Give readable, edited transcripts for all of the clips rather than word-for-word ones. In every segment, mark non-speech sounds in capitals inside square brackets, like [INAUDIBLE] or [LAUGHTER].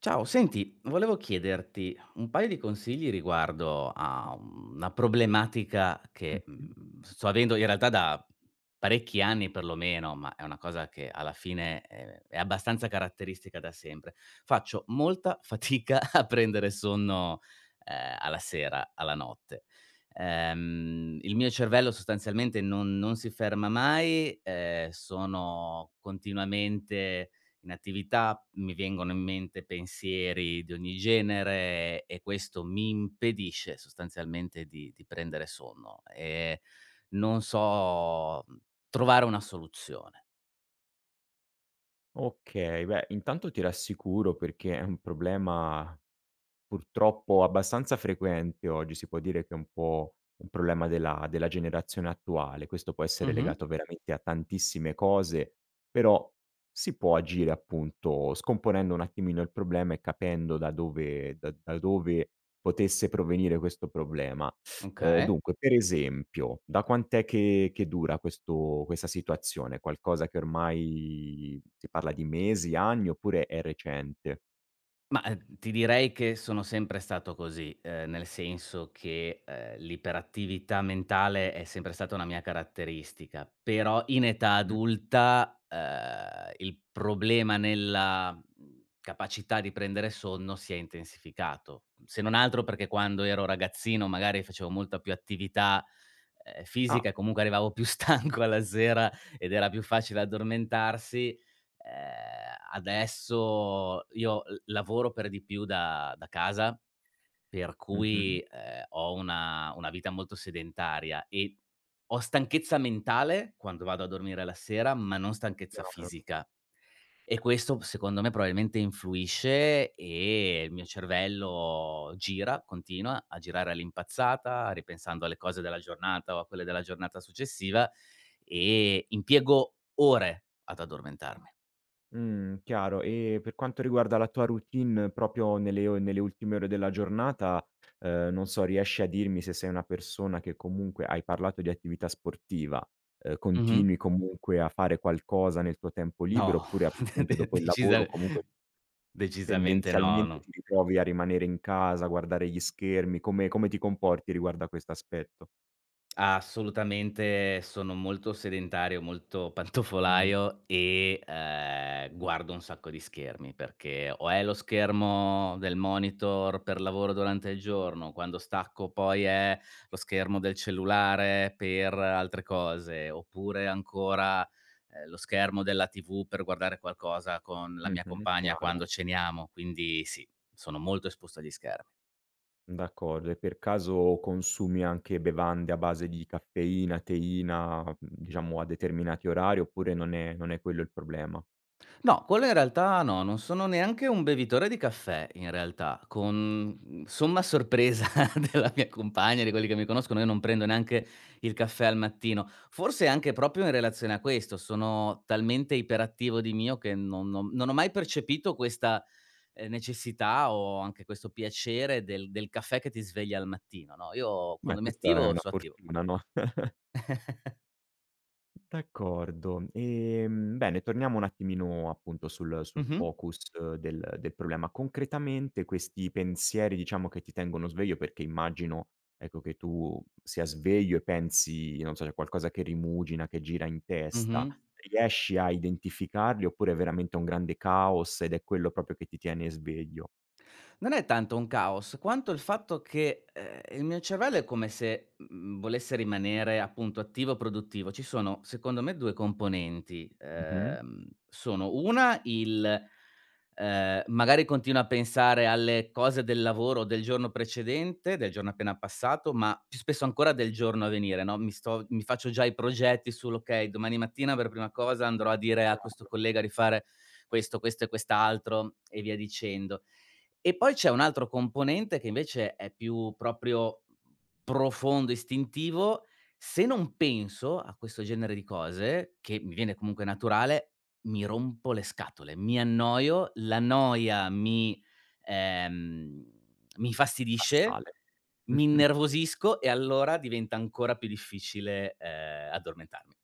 Ciao, senti, volevo chiederti un paio di consigli riguardo a una problematica che Mh-mh. Sto avendo in realtà da parecchi anni perlomeno, ma è una cosa che alla fine è abbastanza caratteristica da sempre. Faccio molta fatica [LAUGHS] a prendere sonno eh, alla sera, alla notte. Il mio cervello sostanzialmente non si ferma mai, sono continuamente in attività, mi vengono in mente pensieri di ogni genere e questo mi impedisce sostanzialmente di prendere sonno e non so, trovare una soluzione. Okay, beh intanto ti rassicuro perché è un problema purtroppo abbastanza frequente oggi, si può dire che è un po' un problema della generazione attuale. Questo può essere Mh-mh, legato veramente a tantissime cose, però si può agire appunto scomponendo un attimino il problema e capendo da dove potesse provenire questo problema. Ehm, okay. dunque, per esempio, da quant'è che dura questo questa situazione? Qualcosa che ormai si parla di mesi, anni oppure è recente? Ma, ti direi che sono sempre stato così, nel senso che, l'iperattività mentale è sempre stata una mia caratteristica, però in età Mh. adulta, il problema nella, capacità di prendere sonno si è intensificato. Se non altro perché quando ero ragazzino magari facevo molta più attività, Ah. fisica e comunque arrivavo più [LAUGHS] stanco alla sera ed era più facile addormentarsi. Adesso io l lavoro per di più da casa, per cui, Mh-mh. Ho una vita molto sedentaria e ho stanchezza mentale quando vado a dormire la sera, ma non stanchezza Chiaro. fisica. E questo secondo me probabilmente influisce e il mio cervello gira, continua a girare all'impazzata, ripensando alle cose della giornata o a quelle della giornata successiva e impiego ore ad addormentarmi. Chiaro. E per quanto riguarda la tua routine proprio nelle o nelle ultime ore della giornata, non so, riesci a dirmi se sei una persona che comunque hai parlato di attività sportiva, Mh-mh. continui comunque a fare qualcosa nel tuo tempo libero No, oppure [LAUGHS] de appunto de dopo il decisa lavoro comunque decisamente no, tendenzialmente ti no. ritrovi a rimanere in casa, a guardare gli schermi, come ti comporti riguardo a questo aspetto? Assolutamente sono molto sedentario, molto Mh. pantofolaio e, guardo un sacco di schermi, perché o è lo schermo del monitor per lavoro durante il giorno, quando stacco poi è lo schermo del cellulare per altre cose, oppure ancora, lo schermo della TV per guardare qualcosa con la mia Mh-mh, compagna chiaro. quando ceniamo. Quindi sì, sono molto esposto agli schermi. D'accordo. E per caso consumi anche bevande a base di caffeina, teina, diciamo a determinati orari oppure non è quello il problema? No, quello in realtà no, non sono neanche un bevitore di caffè in realtà, con, somma sorpresa [LAUGHS] della mia compagna, di quelli che mi conoscono, io non prendo neanche il caffè al mattino. Forse anche proprio in relazione a questo, sono talmente iperattivo di mio che non ho mai percepito questa, necessità o anche questo piacere del caffè che ti sveglia al mattino, no, io Beh, quando mi questa è attivo una so' attivo. fortuna, no? D'accordo. Bene, torniamo un attimino appunto sul sul Mh-mh, focus eh, del problema. Concretamente questi pensieri diciamo che ti tengono sveglio, perché immagino, ecco, che tu sia sveglio e pensi, non so, c'è qualcosa che rimugina, che gira in testa. mh-mh. Riesci a identificarli oppure è veramente un grande caos ed è quello proprio che ti tiene sveglio? Non è tanto un caos, quanto il fatto che, il mio cervello è come se, volesse rimanere appunto attivo, e produttivo. Ci sono secondo me 2 componenti, Mh-mh. Sono una il, magari continuo a pensare alle cose del lavoro del giorno precedente, del giorno appena passato, ma più spesso ancora del giorno a venire, no, mi faccio già i progetti sull'okay, domani mattina per prima cosa andrò a dire a questo collega di fare questo, questo e quest'altro e via dicendo. E poi c'è un altro componente che invece è più proprio profondo, istintivo. Se non penso a questo genere di cose, che mi viene comunque naturale, mi rompo le scatole, mi annoio, la noia ehm, mi infastidisce, Assale. mi [LAUGHS] innervosisco e allora diventa ancora più difficile, addormentarmi.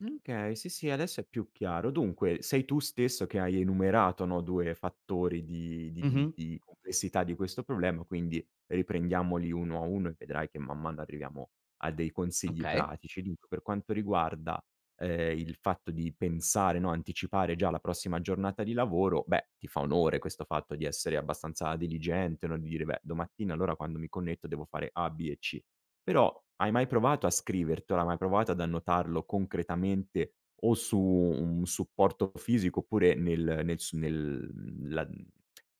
Okay, sì, sì, adesso è più chiaro. Dunque, sei tu stesso che hai enumerato, no, 2 fattori di Mh-mh. di complessità di questo problema, quindi riprendiamoli uno a uno e vedrai che man mano arriviamo a dei consigli Okay. pratici. Dunque, per quanto riguarda, il fatto di pensare, no, anticipare già la prossima giornata di lavoro, beh, ti fa onore questo fatto di essere abbastanza diligente, no, di dire: "Beh, domattina allora quando mi connetto devo fare A, B e C". Però hai mai provato a scrivertelo, hai mai provato ad annotarlo concretamente o su un supporto fisico oppure nel nel s nel mhmm, la mhmm,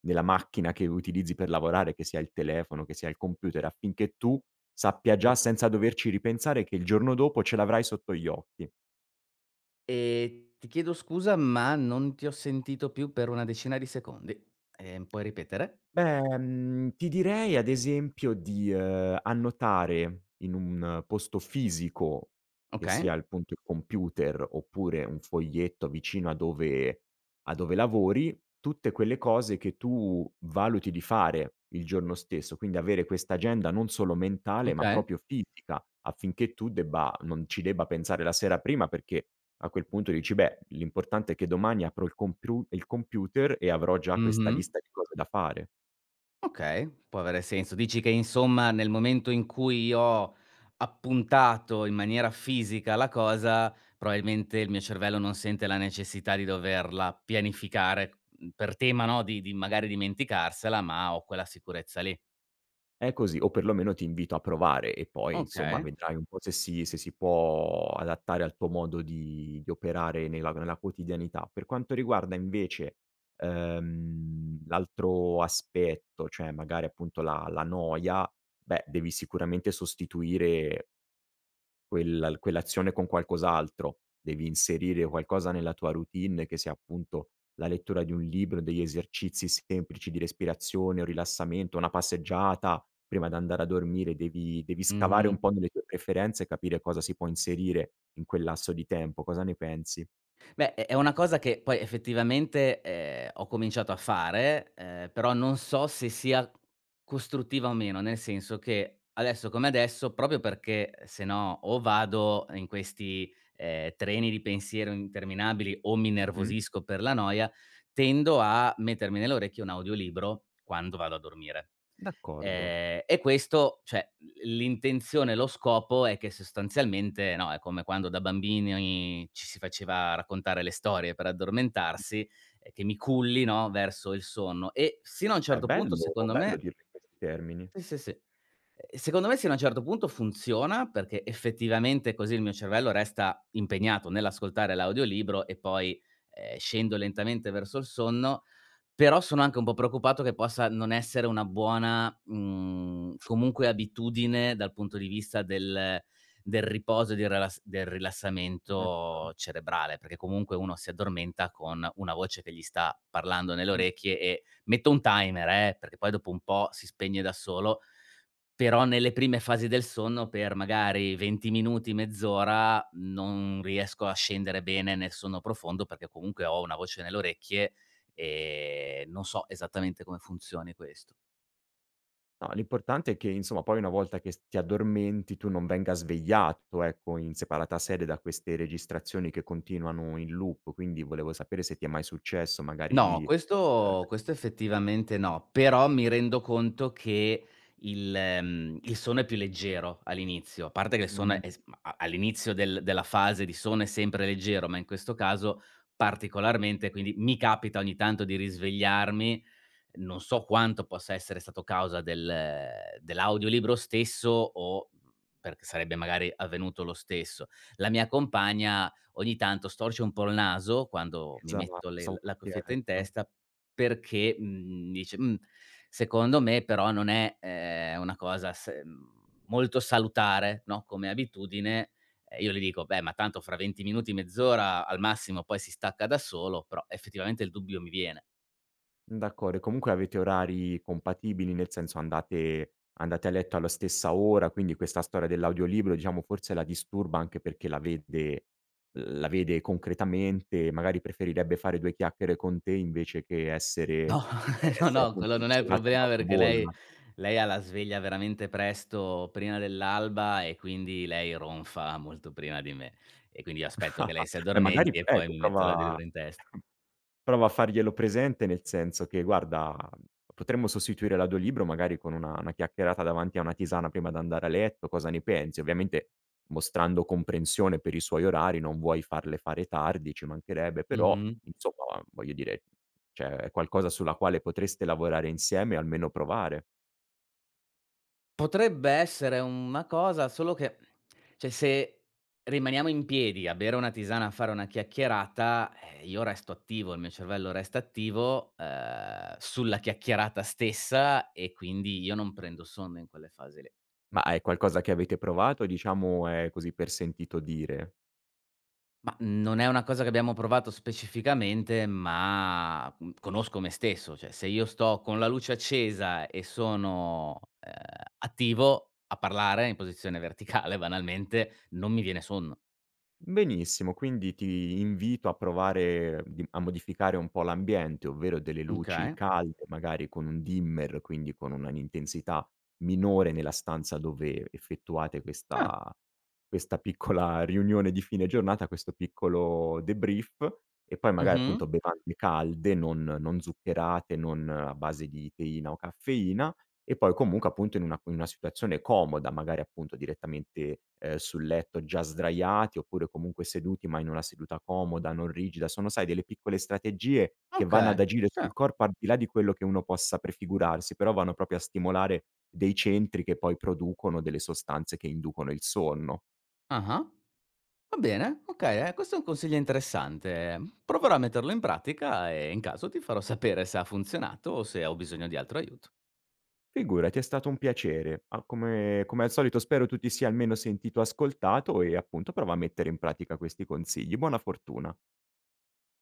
nella macchina che utilizzi per lavorare, che sia il telefono, che sia il computer, affinché tu sappia già Pro senza doverci ripensare che il giorno dopo ce l'avrai sotto gli occhi? Ti chiedo scusa, ma non ti ho sentito più per una decina di secondi. Puoi ripetere? Beh, ti direi ad esempio di, annotare in un posto fisico, che Okay, sia appunto il computer oppure un foglietto vicino a dove lavori, tutte quelle cose che tu valuti di fare il giorno stesso. Quindi avere questa agenda non solo mentale, ma okay, proprio fisica, affinché tu debba non ci debba pensare la sera prima perché a quel punto dici: "Beh, l'importante è che domani apro il compiu il computer e avrò già questa mh-mh, lista di cose da fare". okay, può avere senso. Dici che insomma nel momento in cui ho appuntato in maniera fisica la cosa, probabilmente il mio cervello non sente la necessità di doverla pianificare, per tema, no, di magari dimenticarsela, ma ho quella sicurezza lì. È così, o perlomeno ti invito a provare e poi insomma Okay, vedrai un po' se si può adattare al tuo modo di operare nella quotidianità. Per quanto riguarda invece, l'altro aspetto, cioè magari appunto la noia, beh, devi sicuramente sostituire quell'azione con qualcos'altro. Devi inserire qualcosa nella tua routine che sia appunto la lettura di un libro, degli esercizi semplici di respirazione o rilassamento, una passeggiata prima di andare a dormire, devi scavare un mh-mh. po' nelle tue preferenze e capire cosa si può inserire in quel lasso di tempo. Cosa ne pensi? Beh, è una cosa che poi effettivamente, ho cominciato a fare, però non so se sia costruttiva o meno, nel senso che adesso come adesso, proprio perché se no o vado in questi, treni di pensiero interminabili o mi Mh-mh. innervosisco per la noia, tendo a mettermi nell'orecchio un audiolibro quando vado a dormire. D'accordo. E questo cioè, l'intenzione, lo scopo è che sostanzialmente no, è come quando da bambini ci si faceva raccontare le storie per addormentarsi, che mi culli, no, verso il sonno e sino a un È certo punto bello secondo bello me dirlo in questi termini. sì, sì, sì. Secondo me sino a un certo punto funziona, perché effettivamente così il mio cervello resta impegnato nell'ascoltare l'audiolibro e poi, scendo lentamente verso il sonno. Però sono anche un po' preoccupato che possa non essere una buona, comunque abitudine dal punto di vista del riposo e del Certo. rilassamento cerebrale, perché comunque uno si addormenta con una voce che gli sta parlando nelle Mh. orecchie e metto un timer, perché poi dopo un po' si spegne da solo, però nelle prime fasi del sonno per magari 20 minuti, mezz'ora non riesco a scendere bene nel sonno profondo, perché comunque ho una voce nelle orecchie. Non so esattamente come funzioni questo. No, l'importante è che insomma poi una volta che s ti addormenti tu non venga svegliato, ecco, in separata sede da queste registrazioni che continuano in loop, quindi volevo sapere se ti è mai successo magari No, di questo effettivamente no, però mi rendo conto che il sonno è più leggero all'inizio, a parte che il ehm sonno mh, è s a all'inizio della fase di sonno è sempre leggero, ma in questo caso particolarmente, quindi mi capita ogni tanto di risvegliarmi. Non so quanto possa essere stato causa del dell'audiolibro stesso o perché sarebbe magari avvenuto lo stesso. La mia compagna ogni tanto storce un po' il naso quando mi esatto, metto le stavo la per cuffietta in chiedertelo. testa perché, dice: Secondo me però non è, una cosa molto salutare, no, come abitudine". E io le dico: "Beh, ma tanto fra 20 minuti, mezz'ora al massimo poi si stacca da solo", però effettivamente il dubbio mi viene. D'accordo, e comunque avete orari compatibili, nel senso andate a letto alla stessa ora, quindi questa storia dell'audiolibro, diciamo, forse la disturba anche perché la vede concretamente, magari preferirebbe fare 2 chiacchiere con te invece che essere No, [LAUGHS] no, essere no, appunto quello non è il isolata nella problema sua perché lei bolla. lei ha la sveglia veramente presto, prima dell'alba e quindi lei ronfa molto prima di me. E quindi io aspetto che lei [LAUGHS] si Beh magari addormenti e poi ecco mi metto prova l'audiolibro in testa. [LAUGHS] Prova a farglielo presente, nel senso che: "Guarda, potremmo sostituire l'audiolibro magari con una chiacchierata davanti a una tisana prima d'andare a letto, cosa ne pensi?" Ovviamente mostrando comprensione per i suoi orari, non vuoi farle fare tardi, ci mancherebbe, però Mh-mh. insomma, voglio dire, cioè è qualcosa sulla quale potreste lavorare insieme e almeno provare. Potrebbe essere una cosa, solo che cioè se rimaniamo in piedi a bere una tisana, a fare una chiacchierata, io resto attivo, il mio cervello resta attivo, sulla chiacchierata stessa e quindi io non prendo sonno in quelle fasi lì. Ma è qualcosa che avete provato, o diciamo è così per sentito dire? Ma non è una cosa che abbiamo provato specificamente, ma, conosco me stesso, cioè se io sto con la luce accesa e sono, attivo a parlare in posizione verticale banalmente, non mi viene sonno. Benissimo, quindi ti invito a provare di a modificare un po' l'ambiente, ovvero delle luci Okay. calde, magari con un dimmer, quindi con una un'intensità minore nella stanza dove effettuate Ah. Questa piccola riunione di fine giornata, questo piccolo debrief e poi magari Mh-mh. appunto bevande calde, non zuccherate, non a base di teina o caffeina e poi comunque appunto in una situazione comoda, magari appunto direttamente, sul letto già sdraiati, oppure comunque seduti, ma in una seduta comoda, non rigida. Sono sai delle piccole strategie che vanno ad Okay. agire sul Sì. corpo al di là di quello che uno possa prefigurarsi, però vanno proprio a stimolare dei centri che poi producono delle sostanze che inducono il sonno. Ah-ah. Va bene, okay, questo è un consiglio interessante. Proverò a metterlo in pratica e in caso ti farò sapere se ha funzionato o se ho bisogno di altro aiuto. Figurati, è stato un piacere. A come al solito spero tu ti sia almeno sentito ascoltato e appunto prova a mettere in pratica questi consigli. Buona fortuna.